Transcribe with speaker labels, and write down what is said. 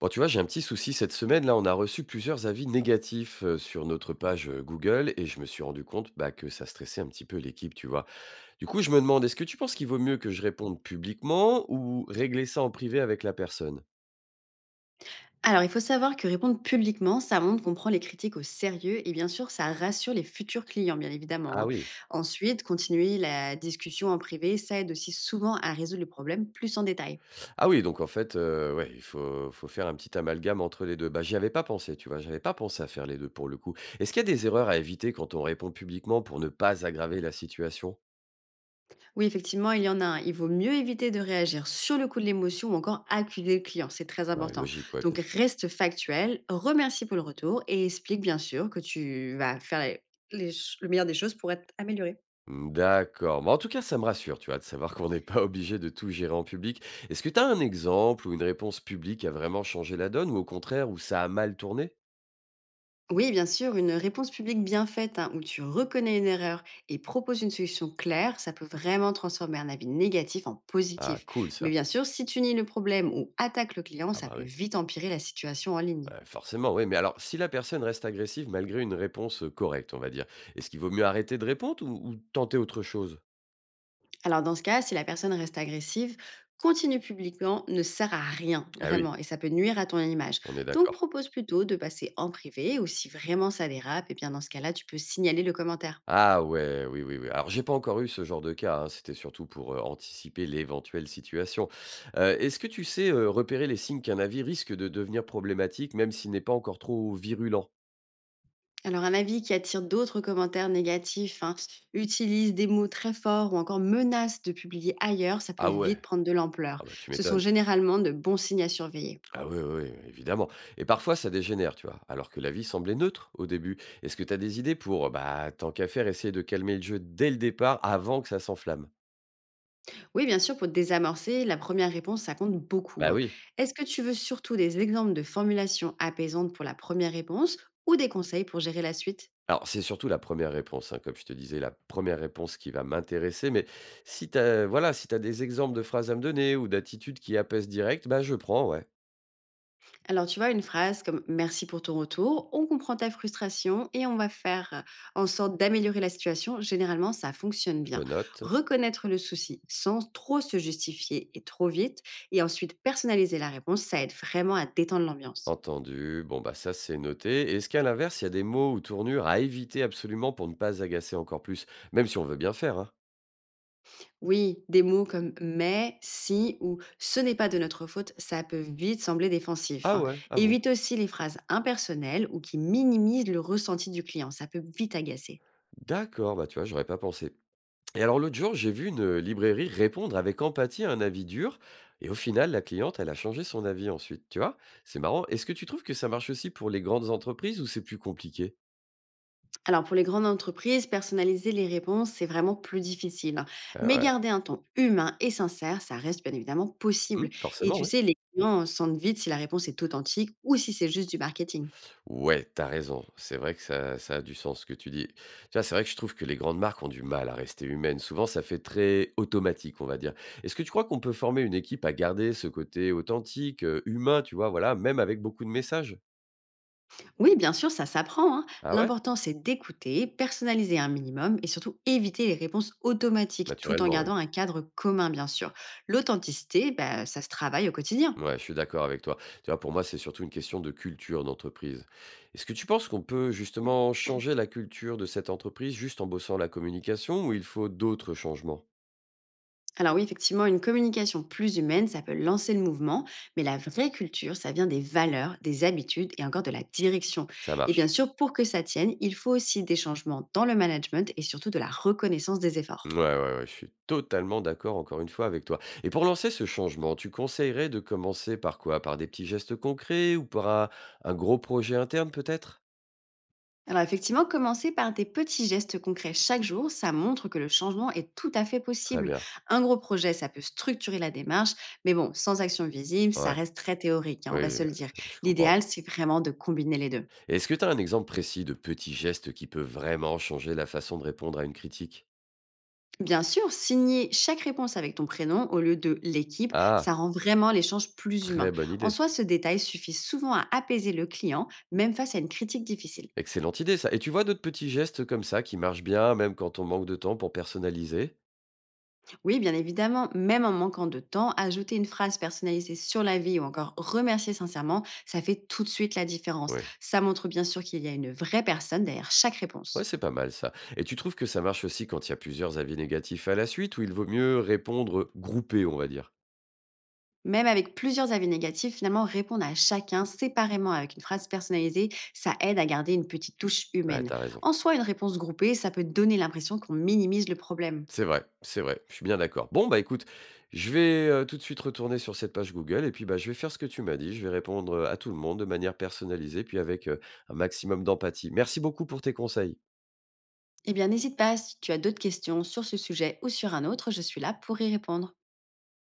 Speaker 1: Bon, tu vois, j'ai un petit souci. Cette semaine, là, on a reçu plusieurs avis négatifs sur notre page Google et je me suis rendu compte bah, que ça stressait un petit peu l'équipe, tu vois. Du coup, je me demande, est-ce que tu penses qu'il vaut mieux que je réponde publiquement ou régler ça en privé avec la personne?
Speaker 2: Alors, il faut savoir que répondre publiquement, ça montre qu'on prend les critiques au sérieux et bien sûr, ça rassure les futurs clients, bien évidemment,
Speaker 1: Ah
Speaker 2: hein.
Speaker 1: oui.
Speaker 2: Ensuite, continuer la discussion en privé, ça aide aussi souvent à résoudre le problème plus en détail.
Speaker 1: Ah oui, donc en fait, ouais, il faut faire un petit amalgame entre les deux. Bah, j'y avais pas pensé, tu vois. J'avais pas pensé à faire les deux pour le coup. Est-ce qu'il y a des erreurs à éviter quand on répond publiquement pour ne pas aggraver la situation?
Speaker 2: Oui, effectivement, il y en a un. Il vaut mieux éviter de réagir sur le coup de l'émotion ou encore accuser le client, c'est très
Speaker 1: Ouais,
Speaker 2: important.
Speaker 1: logique, ouais, bien
Speaker 2: Donc,
Speaker 1: sûr.
Speaker 2: reste factuel, remercie pour le retour et explique bien sûr que tu vas le meilleur des choses pour être amélioré.
Speaker 1: Mmh, d'accord. Mais en tout cas, ça me rassure, tu vois, de savoir qu'on n'est pas obligé de tout gérer en public. Est-ce que tu as un exemple où une réponse publique a vraiment changé la donne ou au contraire où ça a mal tourné?
Speaker 2: Oui, bien sûr, une réponse publique bien faite, hein, où tu reconnais une erreur et proposes une solution claire, ça peut vraiment transformer un avis négatif en
Speaker 1: Ah,
Speaker 2: positif.
Speaker 1: cool
Speaker 2: Mais
Speaker 1: ça.
Speaker 2: bien sûr, si tu nies le problème ou attaques le client,
Speaker 1: Ah
Speaker 2: ça
Speaker 1: bah
Speaker 2: peut
Speaker 1: oui.
Speaker 2: vite empirer la situation en ligne.
Speaker 1: Ouais, forcément, oui. Mais alors, si la personne reste agressive malgré une réponse correcte, on va dire, est-ce qu'il vaut mieux arrêter de répondre ou, tenter autre chose?
Speaker 2: Alors dans ce cas, si la personne reste agressive, continuer publiquement ne sert à rien,
Speaker 1: Ah
Speaker 2: vraiment,
Speaker 1: oui,
Speaker 2: et ça peut nuire à ton image.
Speaker 1: on est
Speaker 2: Donc
Speaker 1: d'accord.
Speaker 2: propose plutôt de passer en privé ou si vraiment ça dérape, et bien dans ce cas-là, tu peux signaler le commentaire.
Speaker 1: Ah ouais, oui, oui, oui. Alors j'ai pas encore eu ce genre de cas, hein, c'était surtout pour, anticiper l'éventuelle situation. Est-ce que tu sais, repérer les signes qu'un avis risque de devenir problématique, même s'il n'est pas encore trop virulent?
Speaker 2: Alors un avis qui attire d'autres commentaires négatifs, hein, utilise des mots très forts ou encore menace de publier ailleurs, ça peut
Speaker 1: Ah ouais?
Speaker 2: vite prendre de l'ampleur.
Speaker 1: Ah bah tu
Speaker 2: Ce sont
Speaker 1: m'étonnes.
Speaker 2: généralement de bons signes à surveiller.
Speaker 1: Ah oui, oui, oui, évidemment, et parfois ça dégénère, tu vois? Alors que l'avis semblait neutre au début. Est-ce que tu as des idées pour, bah, tant qu'à faire, essayer de calmer le jeu dès le départ, avant que ça s'enflamme?
Speaker 2: Oui, bien sûr, pour te désamorcer, la première réponse, ça compte beaucoup,
Speaker 1: Bah
Speaker 2: hein.
Speaker 1: oui.
Speaker 2: Est-ce que tu veux surtout des exemples de formulations apaisantes pour la première réponse ou des conseils pour gérer la suite?
Speaker 1: Alors, c'est surtout la première réponse, hein, comme je te disais, la première réponse qui va m'intéresser, mais si tu as voilà, si t'as des exemples de phrases à me donner ou d'attitudes qui apaisent direct, bah, je prends, ouais.
Speaker 2: Alors, tu vois, une phrase comme merci pour ton retour, on comprend ta frustration et on va faire en sorte d'améliorer la situation. Généralement, ça fonctionne
Speaker 1: Je
Speaker 2: bien.
Speaker 1: note,
Speaker 2: Reconnaître le souci sans trop se justifier et trop vite, et ensuite personnaliser la réponse, ça aide vraiment à détendre l'ambiance.
Speaker 1: entendu, bon, bah, ça, c'est noté. Est-ce qu'à l'inverse, il y a des mots ou tournures à éviter absolument pour ne pas agacer encore plus? Même si on veut bien faire, hein?
Speaker 2: Oui, des mots comme mais, si ou ce n'est pas de notre faute, ça peut vite sembler défensif,
Speaker 1: Ah
Speaker 2: hein.
Speaker 1: ouais? Ah bon?
Speaker 2: Évite aussi les phrases impersonnelles ou qui minimisent le ressenti du client, ça peut vite agacer.
Speaker 1: D'accord, bah, tu vois, j'aurais pas pensé. Et alors l'autre jour, j'ai vu une librairie répondre avec empathie à un avis dur, et au final, la cliente, elle a changé son avis ensuite, tu vois? C'est marrant. Est-ce que tu trouves que ça marche aussi pour les grandes entreprises ou c'est plus compliqué?
Speaker 2: Alors pour les grandes entreprises, personnaliser les réponses, c'est vraiment plus difficile, hein.
Speaker 1: Ah
Speaker 2: Mais
Speaker 1: ouais.
Speaker 2: garder un ton humain et sincère, ça reste bien évidemment possible.
Speaker 1: Mmh,
Speaker 2: Et
Speaker 1: forcément,
Speaker 2: tu
Speaker 1: ouais.
Speaker 2: sais, les clients sentent vite si la réponse est authentique ou si c'est juste du marketing.
Speaker 1: Ouais, t'as raison. C'est vrai que ça a du sens ce que tu dis. Tu vois, c'est vrai que je trouve que les grandes marques ont du mal à rester humaines. Souvent, ça fait très automatique, on va dire. Est-ce que tu crois qu'on peut former une équipe à garder ce côté authentique, humain, tu vois, voilà, même avec beaucoup de messages?
Speaker 2: Oui, bien sûr, ça s'apprend, hein.
Speaker 1: Ah ouais?
Speaker 2: L'important, c'est d'écouter, personnaliser un minimum et surtout éviter les réponses automatiques tout en
Speaker 1: Naturellement, ouais.
Speaker 2: gardant un cadre commun, bien sûr. L'authenticité, bah, ça se travaille au quotidien.
Speaker 1: Ouais, je suis d'accord avec toi. Tu vois, pour moi, c'est surtout une question de culture d'entreprise. Est-ce que tu penses qu'on peut justement changer la culture de cette entreprise juste en bossant la communication ou il faut d'autres changements?
Speaker 2: Alors oui, effectivement, une communication plus humaine, ça peut lancer le mouvement, mais la vraie culture, ça vient des valeurs, des habitudes et encore de la direction.
Speaker 1: Ça
Speaker 2: Et bien
Speaker 1: marche.
Speaker 2: sûr, pour que ça tienne, il faut aussi des changements dans le management et surtout de la reconnaissance des efforts.
Speaker 1: Ouais, ouais, ouais, je suis totalement d'accord encore une fois avec toi. Et pour lancer ce changement, tu conseillerais de commencer par quoi? Par des petits gestes concrets ou par un gros projet interne peut-être?
Speaker 2: Alors effectivement, commencer par des petits gestes concrets chaque jour, ça montre que le changement est tout à fait
Speaker 1: Très
Speaker 2: possible.
Speaker 1: bien.
Speaker 2: Un gros projet, ça peut structurer la démarche, mais bon, sans action visible, ça
Speaker 1: Ouais.
Speaker 2: reste très théorique, hein, on
Speaker 1: Oui,
Speaker 2: va
Speaker 1: oui,
Speaker 2: se
Speaker 1: bah,
Speaker 2: le dire.
Speaker 1: je comprends.
Speaker 2: L'idéal, c'est vraiment de combiner les deux.
Speaker 1: Et est-ce que tu as un exemple précis de petits gestes qui peut vraiment changer la façon de répondre à une critique?
Speaker 2: Bien sûr, signer chaque réponse avec ton prénom au lieu de l'équipe,
Speaker 1: Ah.
Speaker 2: ça rend vraiment l'échange plus humain.
Speaker 1: Très bonne
Speaker 2: En
Speaker 1: idée
Speaker 2: soi,
Speaker 1: ça.
Speaker 2: ce détail suffit souvent à apaiser le client, même face à une critique difficile.
Speaker 1: Excellente idée ça. Et tu vois d'autres petits gestes comme ça qui marchent bien, même quand on manque de temps pour personnaliser?
Speaker 2: Oui, bien évidemment, même en manquant de temps, ajouter une phrase personnalisée sur la vie ou encore remercier sincèrement, ça fait tout de suite la différence.
Speaker 1: Oui,
Speaker 2: Ça montre bien sûr qu'il y a une vraie personne derrière chaque
Speaker 1: ouais,
Speaker 2: réponse.
Speaker 1: c'est pas mal ça. Et tu trouves que ça marche aussi quand il y a plusieurs avis négatifs à la suite ou il vaut mieux répondre, groupé, on va dire?
Speaker 2: Même avec plusieurs avis négatifs, finalement, répondre à chacun séparément avec une phrase personnalisée, ça aide à garder une petite touche
Speaker 1: Ouais,
Speaker 2: humaine.
Speaker 1: tu raison.
Speaker 2: En soi, une réponse groupée, ça peut donner l'impression qu'on minimise le problème.
Speaker 1: C'est vrai, je suis bien d'accord. Bon, bah, écoute, je vais, tout de suite retourner sur cette page Google et puis, bah, je vais faire ce que tu m'as dit. Je vais répondre, à tout le monde de manière personnalisée, puis avec, un maximum d'empathie. Merci beaucoup pour tes conseils.
Speaker 2: Eh bien, n'hésite pas, si tu as d'autres questions sur ce sujet ou sur un autre, je suis là pour y répondre.